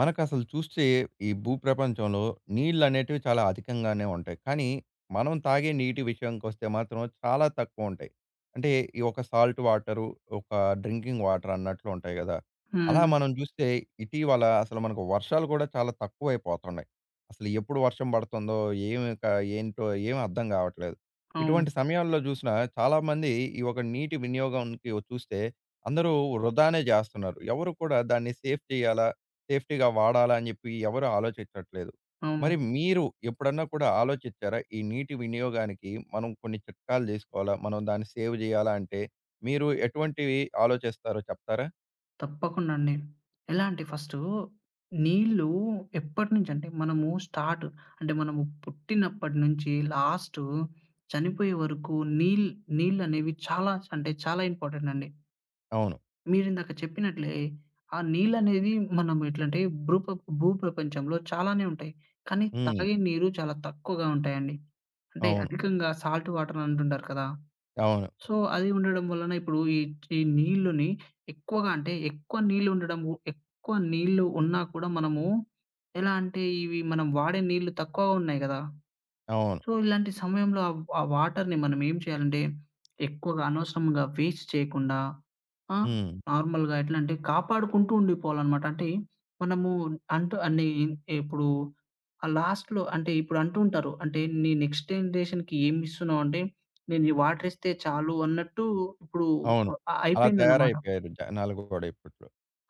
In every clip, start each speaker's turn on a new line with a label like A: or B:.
A: మనకసలు చూస్తే ఈ భూప్రపంచంలో నీళ్ళనేటివి చాలా అధికంగానే ఉంటాయి. కానీ, మనం తాగే నీటి విషయానికొస్తే మాత్రం చాలా తక్కువుంటాయి. అంటే, ఈ ఒక సాల్ట్ వాటరు, ఒక డ్రింకింగ్ వాటర్ అన్నట్లు ఉంటాయి గదా! అలా
B: హ్మ్.
A: మనం చూస్తే ఇటీవల అసలు మనకు వర్షాలు కూడా చాలా తక్కువైపోతున్నాయి. అసలు ఎప్పుడు వర్షం పడుతుందో, ఏమి క ఏంటో ఏమి అర్థం కావట్లేదు.
B: అవును.
A: ఇటువంటి సమయాల్లో చూసినా చాలామంది ఈ ఒక నీటి వినియోగంకి చూస్తే అందరూ వృధానే జేస్తున్నారు. ఎవరు కూడా దాన్ని సేఫ్ చేయాలా? సేఫ్టీ‌గా వాడాలా అని జెప్పి ఎవరు ఆలోచించట్లేదు.
B: అవును.
A: మరి మీరు ఎప్పుడన్నా కూడా ఆలోచిచ్చారా? ఈ నీటి వినియోగానికి మనం కొన్ని చిట్కాలు జేసుకోవాలా? మనం దాన్ని సేవ్ జేయాలా అంటే మీరు ఎటువంటివి ఆలోచిస్తారో చెప్తారా?
B: తప్పకుండా అండి. ఎలా అంటే ఫస్టు నీళ్ళు ఎప్పటినుంచంటే మనము స్టార్ట్ అంటే మనము పుట్టినప్పటి నుంచి లాస్టు చనిపోయే వరకు నీళ్ నీళ్ళనేవి చాలా అంటే చాలా ఇంపార్టెంట్ అండి.
A: అవును.
B: మీరిందాక చెప్పినట్లే ఆ నీళ్ళనేది మనం ఎట్లంటే భృప భూ ప్రపంచంలో చాలానే ఉంటాయి. కానీ
A: హ్మ్.
B: తాగే నీరు చాలా తక్కువగా ఉంటాయండి. అంటే
A: అవును.
B: అధికంగా సాల్ట్ వాటర్ అంటుంటారు కదా!
A: అవును.
B: సో, అది ఉండడం వలన ఇప్పుడు ఈ ఈ నీళ్ళుని ఎక్కువగా అంటే, ఎక్కువ నీళ్ళు ఉండడము ఎక్కువ నీళ్ళు ఉన్నా కూడా మనము ఎలా అంటే, ఇవి మనం వాడే నీళ్ళు తక్కువగా ఉన్నాయి గదా!
A: అవును.
B: సో, ఇలాంటి సమయంలో ఆ ఆ వాటర్‌ని మనం ఏం చేయాలంటే, ఎక్కువగా అనవసరంగా వేస్ట్ చేయకుండా ఆ!
A: హ్మ్.
B: నార్మల్‌గా ఎట్లా అంటే కాపాడుకుంటూ ఉండిపోవాలనమాట. అంటే మనము అంటూ అన్ని ఇప్పుడు ఆ లాస్ట్‌లో అంటే ఇప్పుడు అంటూ ఉంటారు. అంటే "నీ నెక్స్ట్ జనరేషన్‌కి ఏమి ఇస్తున్నావు అంటే, నేను ఈ వాటర్ ఇస్తే చాలు" అన్నట్టు ఇప్పుడు
A: అవును. అలా
B: అయిపోయిందన్నమాట.
A: తయారైపోయారు జనాలు గూడా ఇప్పట్లో.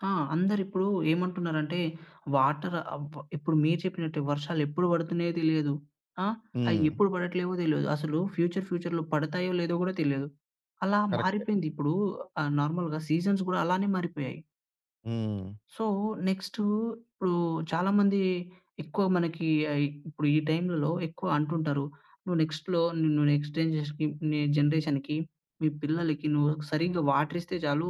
B: ఆ! అందరిప్పుడు ఏమంటున్నారంటే, వాటర్ ఆహ్, వ ఇప్పుడు మీరు చెప్పినట్టే వర్షాలెప్పుడు పడుతున్నాయో తెలియదు. ఆ! అయి
A: హ్మ్.
B: ఎప్పుడు పడట్లేవో తెలీదు. అసలు ఫ్యూచర్‌లో పడతాయో లేదో గూడా తెలియదు. అలా
A: కరెక్టే.
B: మారిపోయిందిప్పుడు. నార్మల్‌గా సీజన్స్ గూడా అలానే మారిపోయాయి.
A: హ్మ్.
B: సో, నెక్స్టు ఇప్పుడు చాలామంది ఎక్కువ మనకి ఇప్పుడు ఈ టైంలలో ఎక్కువ అంటుంటారు. "నువ్వు నెక్స్ట్‌లో నిన్ను నెక్స్ట్ జెన్‌జేషన్‌కి నీ జనరేషన్‌కి మీ పిల్లలకి నువ్వు సరిగ్గా వాటర్ ఇస్తే చాలు.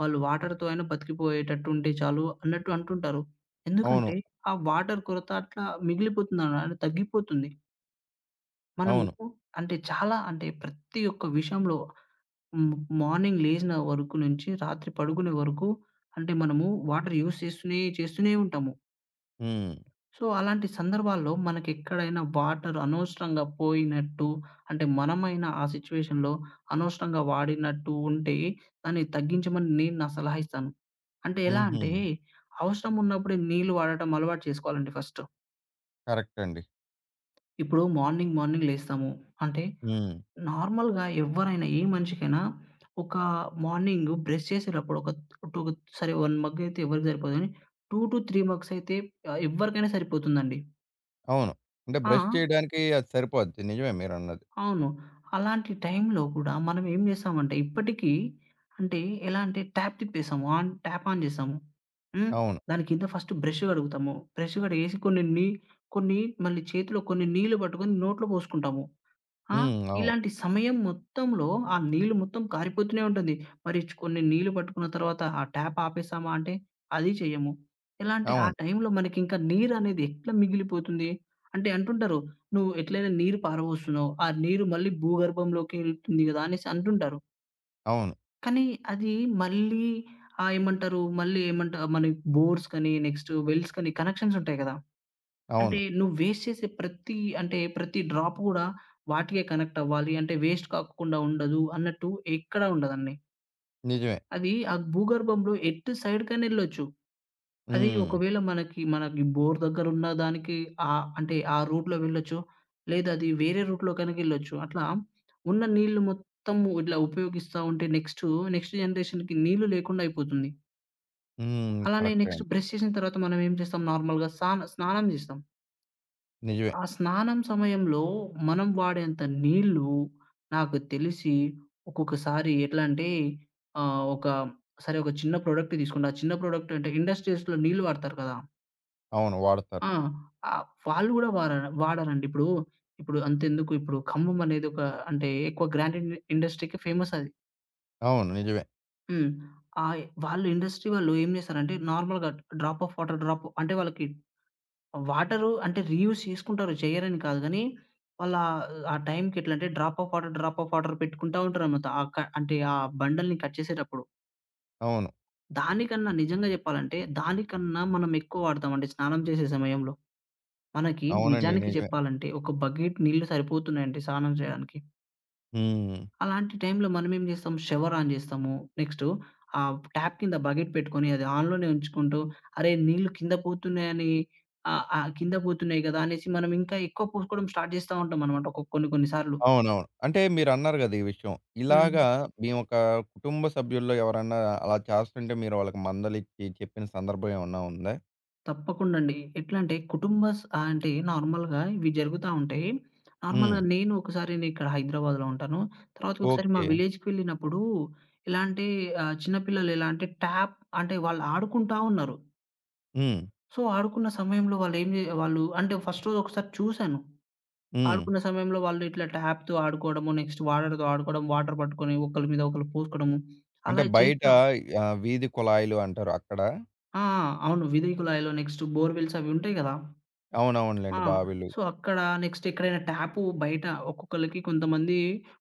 B: వాళ్ళు వాటర్‌తో అయినా బతికిపోయేటట్టు ఉంటే చాలు" అన్నట్టు అంటుంటారు.
A: అవును.
B: ఎందుకంటే ఆ వాటర్ కొరత అట్లా మిగిలిపోతుందన తగ్గిపోతుంది.
A: అవును.
B: మనము అంటే చాలా అంటే ప్రతి ఒక్క విషయంలో హ్మ్. మార్నింగ్ లేచిన వరకు నుంచి రాత్రి పడుకునే వరకు అంటే మనము వాటర్ యూజ్ చేస్తూనే, చేస్తూనే ఉంటాము.
A: హ్మ్.
B: సో, అలాంటి సందర్భాల్లో మనకెక్కడైనా వాటర్ అనవసరంగా పోయినట్టు అంటే మనమైనా ఆ సిట్యుయేషన్‌లో అనవసరంగా వాడినట్టు ఉంటే దాన్ని తగ్గించమని నేను నా సలహా ఇస్తాను. అంటే ఎలా
A: హుహు.
B: అంటే అవసరం ఉన్నప్పుడే నీళ్లు వాడటం అలవాటు చేసుకోవాలండి ఫస్ట్.
A: కరెక్ట్ అండి.
B: ఇప్పుడు మార్నింగ్ లేస్తాము. అంటే
A: హ్మ్.
B: నార్మల్‌గా ఎవ్వరైనా ఏ మనిషికైనా ఒక మార్నింగ్ బ్రష్ చేసేటప్పుడు ఒక టూ సరే 1 మగ్ అయితే ఎవరికీ సరిపోదు గానీ 2-3 మగ్స్ అయితే ఎవ్వరికైనా సరిపోతుందండి.
A: అవును. అంటే
B: ఆ!
A: బ్రష్ చేయడానికి అది సరిపోద్ది. నిజమే మీరన్నది.
B: అవును. అలాంటి టైంలో కూడా మనం ఏం చేస్తామంటే ఇప్పటికీ అంటే ఎలా అంటే ట్యాప్ తిప్పేసాము. ఆన్ ట్యాప్ ఆన్ చేసాము. హ్మ్.
A: అవును.
B: దాని కింద ఫస్ట్ బ్రష్ కడుగుతాము. బ్రష్ కడిగేసి కొన్ని మళ్ళీ చేతిలో కొన్ని నీళ్లు పట్టుకొని నోట్లో పోసుకుంటాము. ఆ!
A: హ్మ్. అవును.
B: ఇలాంటి సమయం మొత్తంలో ఆ నీళ్లు మొత్తం కారిపోతూనే ఉంటుంది. మరి కొన్ని నీళ్లు పట్టుకున్న తర్వాత ఆ ట్యాప్ ఆపేసామా అంటే అది చెయ్యము. ఎలా అంటే ఆ
A: అవును.
B: టైంలో మనకింకా నీరనేది ఎట్లా మిగిలిపోతుంది? అంటే అంటుంటారు, "నువ్వు ఎట్లైనా నీరు పారబోస్తున్నావు. ఆ నీరు మళ్ళీ భూగర్భంలోకి ఎళ్తుంది గదా!" అనేసి అంటుంటారు.
A: అవును.
B: కానీ అది మళ్ళీ ఏమంటారు మళ్ళీ మనకి బోర్స్ కని, నెక్స్ట్ వెల్స్ కని కనెక్షన్స్ ఉంటాయి గదా! అంటే
A: అవును.
B: నువ్వు వేస్ట్ చేసే ప్రతి అంటే ప్రతి డ్రాప్ గూడా వాటికే కనెక్ట్ అవ్వాలి. అంటే వేస్ట్ కాకుండా ఉండదు అన్నట్టు ఎక్కడా ఉండదండి.
A: నిజమే.
B: అది ఆ భూగర్భంలో ఎటు సైడ్‌కైనా ఎళ్ళొచ్చు. అది
A: హ్మ్.
B: ఒకవేళ మనకి మనకి బోర్ దగ్గరున్న దానికి అంటే ఆ రూట్‌లో వెళ్ళొచ్చు. లేదా అది వేరే రూట్‌లో కనుక ఎళ్ళొచ్చు. అట్లా ఉన్న నీళ్లు మొత్తము ఇట్లా ఉపయోగిస్తా ఉంటే నెక్స్ట్ జనరేషన్‌కి నీళ్లు లేకుండా అయిపోతుంది.
A: హ్మ్.
B: అలానే
A: కరెక్టే
B: నెక్స్ట్
A: అండి.
B: బ్రష్ చేసిన తర్వాత మనం ఏం చేస్తాం నార్మల్‌గా స్నానం చేస్తాం.
A: నిజమే.
B: ఆ స్నానం సమయంలో మనం వాడేంత నీళ్ళు నాకు తెలిసి ఒక్కొక్కసారి ఎట్లా అంటే ఒక సరే ఒక చిన్న ప్రొడక్ట్ తీసుకుంటా. ఆ చిన్న ప్రొడక్ట్ అంటే ఇండస్ట్రీస్‌లో నీళ్ళు వాడతారు కదా!
A: అవును. వాడతారు.
B: ఆ! ఆహ్, వాళ్ళు గూడా వాడరండి. ఇప్పుడు, ఇప్పుడు అంతెందుకు ఇప్పుడు ఖమ్మం అనేది ఒక అంటే ఎక్కువ గ్రాండ్ ఇన్ ఇండస్ట్రీకి ఫేమస్ అది.
A: అవును. నిజమే.
B: హ్మ్. ఆహ్, వాళ్ళు ఇండస్ట్రీ వాళ్ళు ఏం చేస్తారంటే నార్మల్‌గా డ్రాప్ ఆఫ్ వాటర్ డ్రాప్ అంటే వాళ్ళకి వాటరు అంటే రీయూజ్ చేసుకుంటారు. చెయ్యరని కాదు గానీ, వాళ్ళ ఆ టైంకి ఎట్లంటే drop of water, drop of water పెట్టుకుంటా ఉంటారనమాట. ఆ క అంటే ఆ బండల్ని కట్ చేసేటప్పుడు.
A: అవును.
B: దానికన్నా నిజంగా జెప్పాలంటే, దానికన్నా మనం ఎక్కువ వాడతామండి స్నానం చేసే సమయంలో. మనకి
A: అవునండి.
B: నిజానికి
A: నిజమే.
B: చెప్పాలంటే, ఒక బకెట్ నీళ్లు సరిపోతున్నాయండి స్నానం చేయడానికి.
A: హ్మ్.
B: అలాంటి టైంలో మనమేం జేస్తాం, షవర్ ఆన్ జేస్తాము. నెక్స్టు ట్యాప్ కింద బకెట్ పెట్టుకొని అది ఆన్‌లోనే ఉంచుకుంటూ, అరే! నీళ్ళు కింద పోతున్నాయని ఆహ్, ఆహ్, కింద పోతున్నాయి గదా! అనేసి మనం ఇంకా ఎక్కువ పోసుకోవడం స్టార్ట్ జేస్తా ఉంటామనమాట కొన్ని కొన్ని సార్లు.
A: అవునవును. అంటే మీరన్నారు గదా! ఈ విషయం.
B: హ్మ్.
A: ఇలాగా మీ ఒక కుటుంబ సభ్యుల్లో ఎవరన్నా అలా చేస్తుంటే మీరు వాళ్ళకి మందలిచ్చి చెప్పిన సందర్భం ఏమన్నా ఉందా?
B: తప్పకుండా అండి. ఎట్లా అంటే అంటే నార్మల్‌గా ఇవి జరుగుతా ఉంటాయి.
A: హ్మ్.
B: నార్మల్‌గా నేను ఒకసారి నేనిక్కడ హైదరాబాద్‌లో ఉంటాను. తర్వాతకి ఒకసారి మా
A: ఓకే.
B: విలేజ్‌కి వెళ్ళినప్పుడు ఎలా అంటే చిన్న పిల్లలు ఎలా అంటే ట్యాప్ అంటే వాళ్ళు ఆడుకుంటా ఉన్నారు.
A: హ్మ్.
B: సో, ఆడుకున్న సమయంలో వాళ్ళేం జే వాళ్ళు అంటే ఫస్ట్ రోజు ఒకసారి చూశాను.
A: హ్మ్.
B: ఆడుకున్న సమయంలో వాళ్ళు ఇట్లా ట్యాప్‌తో ఆడుకోవడము, నెక్స్ట్ వాటర్‌తో ఆడుకోవడం, వాటర్ పట్టుకొని ఒకళ్ళ మీద ఒకళ్ళు పోసుకోవడము,
A: అంటే
B: అలా
A: బయట
B: చేస్తా
A: ఆహ్, వీధి కుళాయిలు అంటారు అక్కడ?
B: ఆ! అవును. విధి కుళాయిలో నెక్స్ట్ బోర్‌వెల్స్ అవి ఉంటాయి గదా! ఆ!
A: అవునవునులెండి. బావిలు.
B: సో, అక్కడ నెక్స్ట్ ఎక్కడైనా ట్యాపు బయట ఒక్కొక్కళ్ళకి కొంతమంది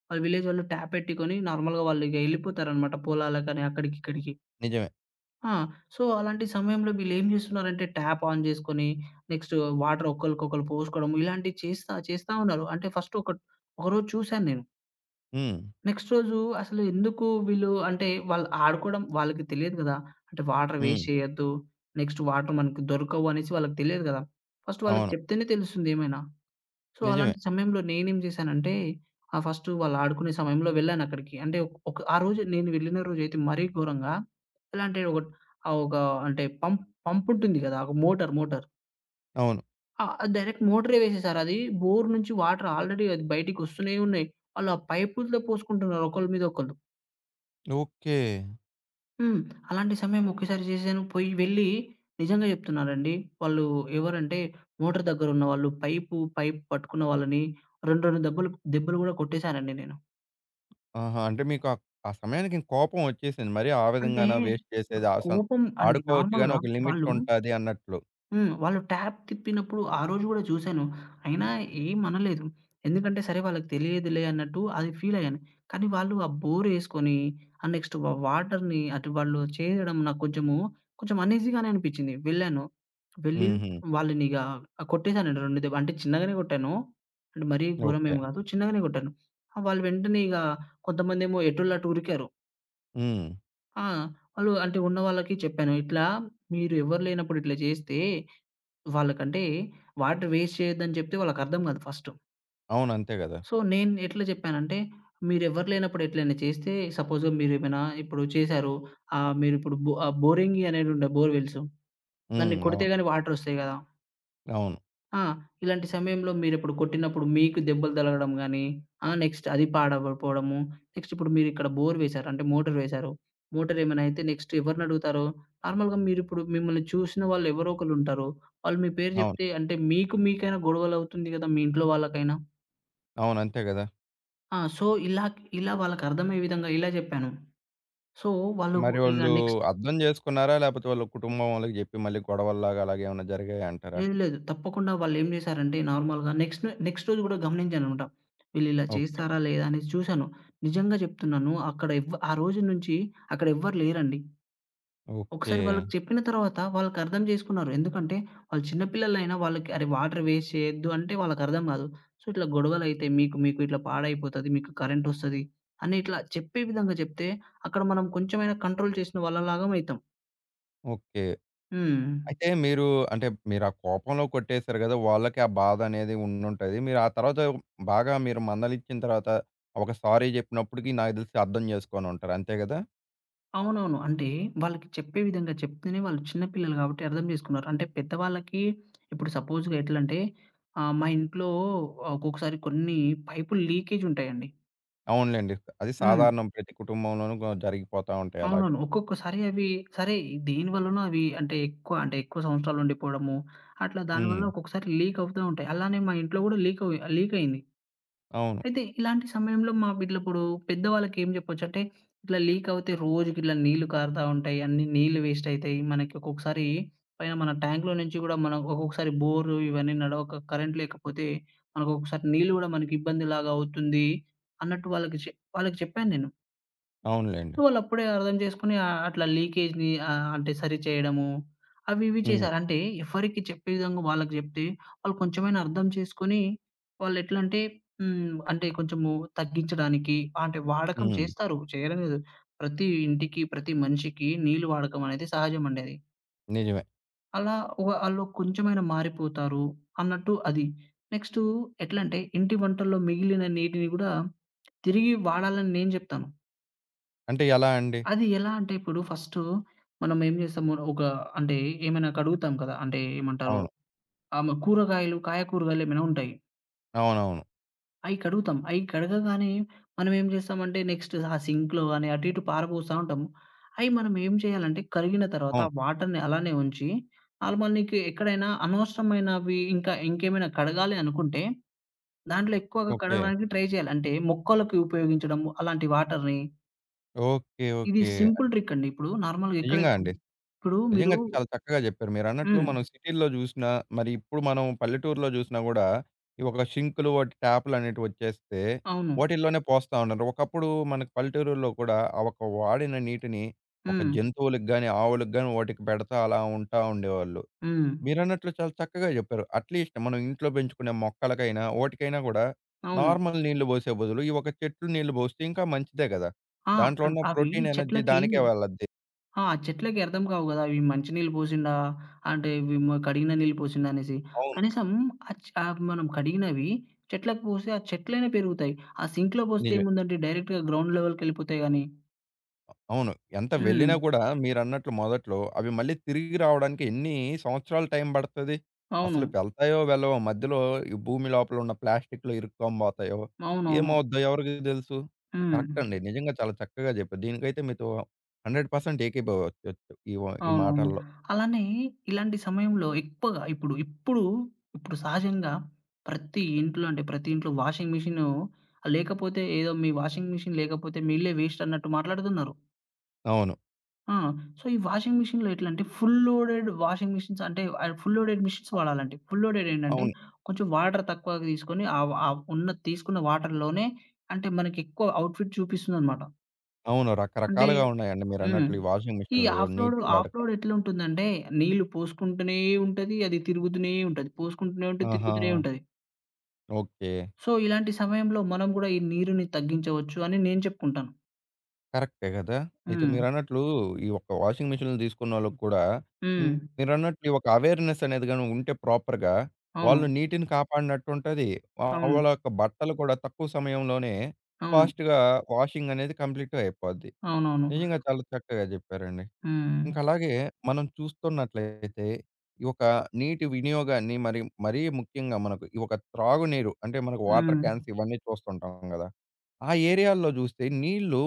B: వాళ్ళ విలేజ్ వాళ్ళు ట్యాపెట్టుకొని నార్మల్‌గా వాళ్ళు ఇగ ఎళ్ళిపోతారనమాట పొలాలకని అక్కడికి, ఇక్కడికి.
A: నిజమే.
B: ఆ! సో, అలాంటి సమయంలో వీళ్ళేం జేస్తున్నారంటే, ట్యాప్ ఆన్ జేసుకొని, నెక్స్ట్ వాటర్ ఒకళ్ళకొకళ్ళు పోసుకోవడం, ఇలాంటివి చేస్తా చేస్తా ఉన్నారు. అంటే ఫస్ట్ ఒక ఒకరోజు చూశాను నేను.
A: హ్మ్.
B: నెక్స్ట్ రోజు అసలు ఎందుకు వీళ్ళు అంటే, వాళ్ళు ఆడుకోవడం వాళ్ళకి తెలియదు గదా! అంటే వాటర్ వేస్ట్
A: హ్మ్.
B: చేయొద్దు, నెక్స్ట్ వాటర్ మనకి దొరకవు అనేసి వాళ్ళకి తెలియదు గదా! ఫస్ట్ వాళ్ళకి
A: అవును.
B: చెప్తేనే తెలుస్తుంది ఏమైనా. సో,
A: నిజమే.
B: అలాంటి సమయంలో నేనేం చేశానంటే, ఫస్ట్ వాళ్ళు ఆడుకునే సమయంలో వెళ్ళానక్కడికి. అంటే ఒక ఆ రోజు నేను వెళ్ళిన రోజైతే మరీ ఘోరంగా ఎలా అంటే ఒక అంటే పంపుంటుంది కదా! ఒక మోటార్.
A: అవును.
B: ఆ! డైరెక్ట్ మోటరే వేసేసారు. అది బోర్ నుంచి వాటర్ ఆల్రెడీ అది బయటికొస్తూనే ఉన్నాయి. వాళ్ళు ఆ పైపులతో పోసుకుంటున్నారు ఒకళ్ళ మీద ఒకళ్ళు.
A: ఓకే.
B: హ్మ్. అలాంటి సమయం ఒకేసారి చేశాను. పోయి వెళ్ళి నిజంగా చెప్తున్నానండి. వాళ్ళు ఎవరంటే మోటార్ దగ్గరున్న వాళ్ళు పైప్ పట్టుకున్న వాళ్ళని 2, 2 దెబ్బలు దెబ్బలు కూడా కొట్టేశానండి నేను.
A: ఆహా! అంటే మీకు ఆ ఆ సమయానికి ఇంక కోపం వచ్చేసింది. మరి ఆ
B: అంటే
A: విధంగానా వేస్ట్
B: ఆ
A: చేసేది ఆ సం
B: కోపం అండి
A: ఆడుకోవచ్చు గాని
B: నార్మల్‌గా
A: ఒక లిమిట్
B: వాళ్ళు
A: ఉంటాది అన్నట్లు.
B: హ్మ్. వాళ్ళు ట్యాబ్ తిప్పినప్పుడు ఆ రోజు గూడా చూసాను. అయినా ఏమనలేదు. ఎందుకంటే సరే వాళ్ళకి తెలియదులే అన్నట్టు అది ఫీలయ్యాను. కానీ వాళ్ళు ఆ బోరేసుకొని, ఆ నెక్స్ట్ వాటర్‌ని అటు వాళ్ళు చేయడం నాకు కొంచెం అనీజీగానే అనిపిచ్చింది. వెళ్ళాను. వెళ్ళి
A: హుహు.
B: వాళ్ళని ఇగ కొట్టేసానండి 2 దెబ్బ అంటే చిన్నగానే కొట్టాను. అంటే మరీ ఘోరం
A: ఓకే.
B: ఏమి గాదు. చిన్నగానే కొట్టాను. వాళ్ళు వెంటనే ఇగ కొంతమందేమో ఎటోళ్ళు అటు ఉరికారు.
A: హ్మ్.
B: ఆ! వాళ్ళు అంటే ఉన్న వాళ్ళకి చెప్పాను. ఇట్లా మీరు ఎవరు లేనప్పుడు ఇట్లా చేస్తే వాళ్ళకంటే వాటర్ వేస్ట్ చేయొద్దని చెప్తే వాళ్ళకర్థం కాదు ఫస్ట్.
A: అవును. అంతే గదా!
B: సో, నేను ఎట్లా చెప్పానంటే, మీరెవ్వరు లేనప్పుడు ఎట్లైనా చేస్తే సపోజ్ మీరేమైనా ఇప్పుడు చేశారు. ఆహ్, మీరిప్పుడు బోరింగి అనేది ఉండే బోర్‌వెల్స్.
A: హ్మ్.
B: దాన్ని కొడితే
A: అవును.
B: గాని వాటర్ వస్తాయి కదా!
A: అవును.
B: ఆ! ఇలాంటి సమయంలో మీరిప్పుడు కొట్టినప్పుడు మీకు దెబ్బలు తగలడం గానీ, ఆ! నెక్స్ట్ అది పాడవపోవడము. నెక్స్ట్ ఇప్పుడు మీరిక్కడ బోర్ వేశారు. అంటే మోటర్ వేశారు. మోటర్ ఏమైనా అయితే నెక్స్ట్ ఎవరినడుగుతారు? నార్మల్‌గా మీరిప్పుడు మిమ్మల్ని చూసిన వాళ్ళు ఎవరో ఒకళ్ళుంటారు. వాళ్ళు మీ పేరు
A: అవును.
B: జెప్తే అంటే మీకు మీకైనా గొడవలవుతుంది గదా! మీ ఇంట్లో వాళ్ళకైనా.
A: అవును. అంతే గదా!
B: ఆ! సో, ఇలా ఇలా వాళ్ళకర్థమయ్యే విధంగా ఇలా జెప్పాను. సో, వాళ్ళు
A: మరి
B: ఇగ
A: వాళ్ళు
B: నెక్స్ట్
A: అర్థం చేసుకున్నారా? లేపోతే వాళ్ళ కుటుంబం వాళ్ళకి జెప్పి మళ్ళీ గొడవల్లాగా అలాగేమన్నా జరిగాయంటారా?
B: లేదు. లేదు. తప్పకుండా వాళ్ళేం జేశారంటే నార్మల్‌గా నెక్స్ట్ నెక్స్ట్ రోజు గూడా గమనించాననమాట. వీళ్ళిలా
A: ఓకే.
B: చేస్తారా లేదా అనేసి చూశాను. నిజంగా జెప్తున్నాను. అక్కడ ఎవ్వ ఆ రోజు నుంచి అక్కడ ఎవ్వరు లేరండి.
A: ఓకే.
B: ఒకసారి వాళ్ళకి చెప్పిన తర్వాత వాళ్ళకర్థం జేసుకున్నారు. ఎందుకంటే వాళ్ళు చిన్న పిల్లలైనా వాళ్ళకి అరే! వాటర్ వేస్ట్ చేయొద్దు అంటే వాళ్ళకర్థం గాదు. సో, ఇట్లా గొడవలైతాయి మీకు ఇట్లా పాడైపోతది. మీకు కరెంటొస్తది అని ఇట్లా చెప్పే విధంగా జెప్తే అక్కడ మనం కొంచెమైనా కంట్రోల్ చేసిన వాళ్ళలాగా అయితాం.
A: ఓకే.
B: హ్మ్.
A: అయితే మీరు అంటే మీరు ఆ కోపంలో కొట్టేసారు కదా! వాళ్ళకి ఆ బాధ అనేది ఉండుంటది. మీరు ఆ తర్వాత బాగా మీరు మందలించిన తర్వాత ఒక సారీ చెప్పినప్పటికి నాకు తెలిసి అర్థం చేసుకొని ఉంటారు. అంతే కదా?
B: అవునవును. అంటే వాళ్ళకి చెప్పే విధంగా చెప్తేనే వాళ్ళు చిన్న పిల్లలు కాబట్టి అర్థం చేసుకున్నారు. అంటే పెద్దవాళ్ళకి ఇప్పుడు సపోజ్‌గా ఎట్లంటే మా ఇంట్లో ఒక్కొక్కసారి కొన్ని పైపులు లీకేజ్ ఉంటాయండి.
A: అవునులెండి. అది
B: హ్మ్.
A: సాధారణం ప్రతి కుటుంబంలోనూ గ జరిగిపోతా ఉంటాయి అలాగా.
B: అవునవును. ఒక్కొక్కసారి అవి సరే దేనివల్లనో అవి అంటే ఎక్కువ అంటే ఎక్కువ సంవత్సరాలు ఉండిపోవడము, అట్లా దానివల్ల
A: హ్మ్.
B: ఒక్కొక్కసారి లీక్ అవుతా ఉంటాయి. అలానే మా ఇంట్లో కూడా లీక్ అయింది.
A: అవును.
B: అయితే ఇలాంటి సమయంలో మా వీటిలిప్పుడు పెద్దవాళ్ళకేం జెప్పొచ్చంటే, ఇట్లా లీకవుతే రోజుకిట్లా నీళ్లు కారుతా ఉంటాయి. అన్ని నీళ్లు వేస్టయితాయి. మనకి ఒక్కొక్కసారి పైన మన ట్యాంక్‌లో నుంచి గూడా మనం ఒక్కొక్కసారి బోరు ఇవన్నీ నడవక కరెంట్ లేకపోతే మనకొకసారి నీళ్లు గూడా మనకి ఇబ్బందిలాగా అవుతుంది అన్నట్టు వాళ్ళకి చెప్పాను నేను.
A: అవునులెండి.
B: వాళ్ళప్పుడే అర్థం చేసుకొని అట్లా లీకేజ్‌ని అంటే సరిచేయడము అవి ఇవి
A: హ్మ్.
B: చేశారు. అంటే ఎవరికి చెప్పే విధంగా వాళ్ళకి జెప్తే వాళ్ళు కొంచెమైనా అర్థం చేసుకొని వాళ్ళెట్లంటే హ్మ్. అంటే అంటే కొంచెము తగ్గించడానికి అంటే వాడకం
A: హ్మ్.
B: చేస్తారు. చేయడం లేదు. ప్రతి ఇంటికి, ప్రతి మనిషికి నీళ్ళు వాడకం అనేది సహజమండి అది.
A: నిజమే.
B: అలా ఆళ్ళు కొంచెమైనా మారిపోతారు అన్నట్టు అది. నెక్స్టు ఎట్లంటే ఇంటి వంటల్లో మిగిలిన నీటిని గూడా తిరిగి వాడాలని నేను జెప్తాను.
A: అంటే ఎలా అండి?
B: అది ఎలా అంటే ఇప్పుడు ఫస్టు మనం ఏం చేస్తాము ఒక అంటే ఏమైనా కడుగుతాం కదా! అంటే ఏమంటారు
A: అవును.
B: కూరగాయలు, కాయ కూరగాయలు ఏమైనా ఉంటాయి.
A: అవునవును.
B: అయి కడుగుతాం. అయి కడగగానే మనం ఏం చేస్తామంటే నెక్స్ట్ ఆ సింక్‌లో గాని అటు ఇటు పారబోస్తా ఉంటాము. అయి మనం ఏం చేయాలంటే కరిగిన తర్వాత
A: అవును.
B: ఆ వాటర్‌ని అలానే ఉంచి నార్మల్ నీకు ఎక్కడైనా అనవసరమైనవి ఇంకా ఇంకేమైనా కడగాలి అనుకుంటే దాంట్లో ఎక్కువగా
A: ఓకే.
B: కడగడానికి ట్రై చేయాలి. అంటే మొక్కలకి ఉపయోగించడము అలాంటి వాటర్‌ని.
A: ఓకే.
B: ఇది
A: ఓకే.
B: సింపుల్ ట్రిక్ అండి. ఇప్పుడు నార్మల్‌గా ఎక్కడ
A: నిజంగా
B: ఇప్పుడు
A: అండి.
B: ఇప్పుడు మీరు
A: నిజంగా చాలా చక్కగా చెప్పారు. మీరన్నట్లు
B: హ్మ్.
A: మనం సిటీల్లో జూసినా, మరి ఇప్పుడు మనం పల్లెటూరులో జూసినా గూడా, ఈ ఒక షింకులు, వాటి ట్యాప్‌లనేటివి వచ్చేస్తే,
B: అవును.
A: వాటిల్లోనే పోస్తా ఉన్నారు. ఒకప్పుడు మనకు పల్లెటూరుల్లో కూడా, ఆ ఒక వాడిన నీటిని ఒక
B: హ్మ్.
A: జంతువులకి గాని, ఆవులకి గాని వాటికి పెడతా అలా ఉంటా ఉండేవాళ్ళు.
B: హ్మ్.
A: మీరన్నట్లు చాలా చక్కగా జెప్పారు. అట్‌లీస్ట్ మనం ఇంట్లో పెంచుకునే మొక్కలకైనా, వాటికైనా గూడా
B: అవును.
A: నార్మల్ నీళ్లు బోసే బదులు, ఈ ఒక చెట్లు నీళ్లు బోస్తే ఇంకా మంచిదే గదా!
B: ఆ!
A: దాంట్లో ఉన్న
B: అవి
A: ప్రోటీన్, ఎనర్జీ
B: చెట్లకి
A: దానికే వెళ్ళద్ది.
B: ఆ! చెట్లకి అర్థం కావు గదా! ఇవి మంచి నీళ్ళు పోసిండా? అంటే ఇవి కడిగిన నీళ్ళు పోసిండా అనేసి.
A: అవును.
B: కనీసం మనం కడిగినవి చెట్లకు పోస్తే ఆ చెట్లనే పెరుగుతాయి. ఆ సింక్‌లో పోస్తే
A: నిజమే.
B: ఏముందండి డైరెక్ట్‌గా గ్రౌండ్ లెవెల్‌కెళ్ళిపోతాయి గానీ.
A: అవును. ఎంత
B: హ్మ్.
A: వెళ్ళినా కూడా మీరన్నట్లు మొదట్లో అవి మళ్ళీ తిరిగి రావడానికి ఎన్ని సంవత్సరాలు టైం పడతది?
B: అవును.
A: అసలు వెళ్తాయో వెళ్ళవో మధ్యలో ఈ భూమి లోపల ఉన్న ప్లాస్టిక్‌లో ఇరుక్కోబోతాయో,
B: అవునవును.
A: ఏమవుద్దో ఎవరికి తెలుసు?
B: హ్మ్.
A: కరెక్ట్ అండి. నిజంగా చాలా చక్కగా చెప్పారు. దీనికైతే మీతో 100% ఏకీభవించొచ్చు ఈ
B: అవునవును.
A: మాటల్లో.
B: అలానే ఇలాంటి సమయంలో ఎక్కువగా ఇప్పుడు సహజంగా ప్రతి ఇంట్లో అంటే ప్రతి ఇంట్లో వాషింగ్ మిషను లేకపోతే ఏదో మీ వాషింగ్ మిషన్ లేకపోతే మీ ఇల్లే వేస్ట్ అన్నట్టు మాట్లాడుతున్నారు.
A: అవును.
B: ఆ! సో, ఈ వాషింగ్ మిషన్‌లో ఎట్లంటే ఫుల్ లోడెడ్ వాషింగ్ మిషన్స్ అంటే ఫుల్ లోడెడ్ మిషన్స్ వాడాలండి. ఫుల్ లోడెడ్ ఏంటంటే
A: అవును.
B: కొంచెం వాటర్ తక్కువగా తీసుకొని ఆహ్, ఆహ్, ఉన్న తీసుకున్న వాటర్‌లోనే అంటే మనకి ఎక్కువ అవుట్‌ఫిట్ చూపిస్తుందన్నమాట.
A: అవును.
B: అంటే
A: రకరకాలుగా ఉన్నాయండి
B: హ్మ్.
A: మీరన్నట్లు ఈ వాషింగ్
B: ఈ
A: మిషన్‌లు నీటి
B: ఆఫ్
A: వాడకం.
B: లోడ్ ఎట్లుంటుందంటే నీళ్లు పోసుకుంటూనే ఉంటది. అది తిరుగుతూనే ఉంటది. పోసుకుంటూనే ఉంటది.
A: ఆహా!
B: తిరుగుతూనే ఉంటది.
A: ఓకే.
B: సో, ఇలాంటి సమయంలో మనం గూడా ఈ నీరుని తగ్గించవచ్చు అని నేను చెప్పుకుంటాను.
A: కరెక్టే గదా! అయితే
B: హ్మ్.
A: మీరన్నట్లు ఈ ఒక్క వాషింగ్ మిషన్‌లు తీసుకున్నోళ్ళకి కూడా
B: హ్మ్.
A: మీరన్నట్లు ఈ ఒక అవేర్‌నెస్ అనేది గాని ఉంటే ప్రాపర్‌గా వాళ్ళు
B: అవును.
A: నీటిని కాపాడినట్టుంటది.
B: అవును.
A: వాళ్ళ యొక్క బట్టలు కూడా తక్కువ సమయంలోనే
B: అవును.
A: ఫాస్ట్‌గా వాషింగ్ అనేది కంప్లీట్ అయిపోద్ది.
B: అవునవును.
A: నిజంగా చాలా చక్కగా చెప్పారండి.
B: హ్మ్.
A: ఇంకా అలాగే మనం చూస్తున్నట్లయితే ఈ ఒక నీటి వినియోగాన్ని మరి మరీ ముఖ్యంగా మనకు ఈ ఒక త్రాగునీరు అంటే మనకు వాటర్
B: హ్మ్.
A: క్యాన్స్ ఇవన్నీ చూస్తుంటాం గదా! ఆ ఏరియాల్లో జూస్తే నీళ్ళు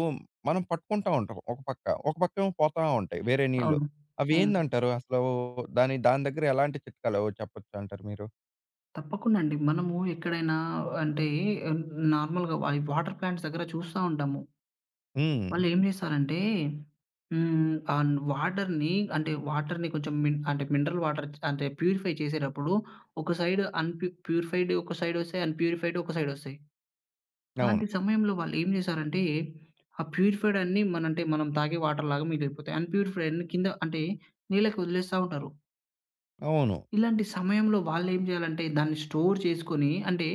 A: మనం పట్టుకుంటా ఉంటాం ఒక పక్క. ఒక పక్కేమో పోతా ఉంటాయి వేరే నీళ్ళు.
B: అవును. అవును.
A: అవేందంటారు? అసలు దాని దాని దగ్గర ఎలాంటి చిట్కాలు చెప్పొచ్చంటారు మీరు?
B: తప్పకుండా అండి. మనము ఎక్కడైనా అంటే నార్మల్‌గా వాటర్ ప్లాంట్స్ దగ్గర చూస్తా ఉంటాము.
A: హ్మ్.
B: వాళ్ళేం జేశారంటే హ్మ్. ఆన్ వాటర్‌ని అంటే వాటర్‌ని కొంచెం మిన్ అంటే మినరల్ వాటర్ అంటే ప్యూరిఫై చేసేటప్పుడు ఒక సైడ్ ప్యూరిఫైడ్ ఒక సైడ్ ఒస్తాయి. అన్‌ప్యూరిఫైడ్ ఒక సైడ్ ఒస్తాయి.
A: అవును.
B: అలాంటి సమయంలో వాళ్ళేం జేశారంటే ఆ ప్యూరిఫైడ్ అన్నీ మన అంటే మనం తాగే వాటర్ లాగా మిగిలిపోతాయి. అన్‌ప్యూరిఫైడ్ అన్ని కింద అంటే నీళ్ళకి వదిలేస్తా ఉంటారు.
A: అవును.
B: ఇలాంటి సమయంలో వాళ్ళేం జేయాలంటే దాన్ని స్టోర్ చేసుకొని అంటే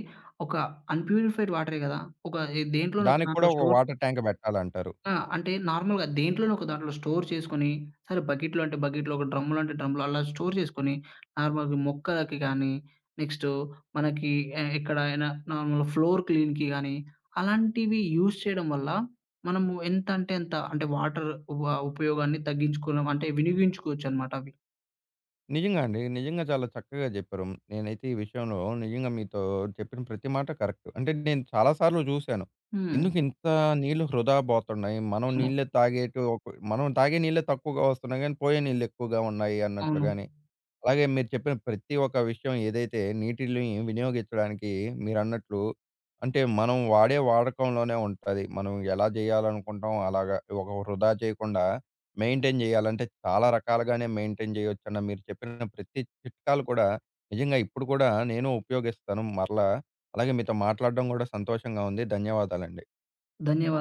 B: ఒక అన్‌ప్యూరిఫైడ్ వాటరే గదా! ఒక దేంట్లోనో ఒక
A: దానికి కూడా
B: దాంట్లో
A: ఒక
B: స్టోర్
A: వాటర్ ట్యాంక్ బెట్టాలంటారు.
B: ఆ! అంటే నార్మల్‌గా దేంట్లోనో ఒక దాంట్లో స్టోర్ చేసుకొని, సరే బకెట్‌లో అంటే బకెట్‌లో, ఒక డ్రమ్‌లో అంటే డ్రమ్‌లో అలా స్టోర్ చేసుకొని, నార్మల్‌గా మొక్కలకి గానీ, నెక్స్టు మనకి ఎక్కడైనా నార్మల్ ఫ్లోర్ క్లీన్‌కి గానీ, అలాంటివి యూజ్ చేయడం వల్ల మనము ఎంత అంటే అంత అంటే వాటర్ వ ఉపయోగాన్ని తగ్గించుకున్నాం అంటే వినియోగించుకోవచ్చనమాట అవి.
A: నిజంగా అండి. నిజంగా చాలా చక్కగా జెప్పారు. నేనైతే ఈ విషయంలో నిజంగా మీతో చెప్పిన ప్రతి మాట కరెక్ట్. అంటే నేను చాలా సార్లు జూసాను.
B: హ్మ్.
A: ఎందుకు ఇంత నీళ్ళు వృధా బోతున్నాయి? మనం
B: అవును.
A: నీళ్ళే తాగేటి ఒక మనం తాగే నీళ్ళే తక్కువగా వస్తున్నాయి గానీ, పోయే నీళ్ళు ఎక్కువగా ఉన్నాయి అన్నట్లు
B: అవును.
A: గాని అలాగే మీరు చెప్పిన ప్రతి ఒక్క విషయం ఏదైతే నీటిని వినియోగించడానికి మీరన్నట్లు అంటే మనం వాడే వాడకంలోనే ఉంటది. మనం ఎలా చేయాలనుకుంటాం అలాగా ఒక వృధా చేయకుండా మెయింటైన్ చేయాలంటే చాలా రకాలుగానే మెయింటైన్ చేయొచ్చన్న మీరు చెప్పిన ప్రతి చిట్కాలు కూడా నిజంగా ఇప్పుడు కూడా నేను ఉపయోగిస్తాను మరలా. అలాగే మీతో మాట్లాడడం కూడా సంతోషంగా ఉంది. ధన్యవాదాలండి.
B: ధన్యవాదాలు.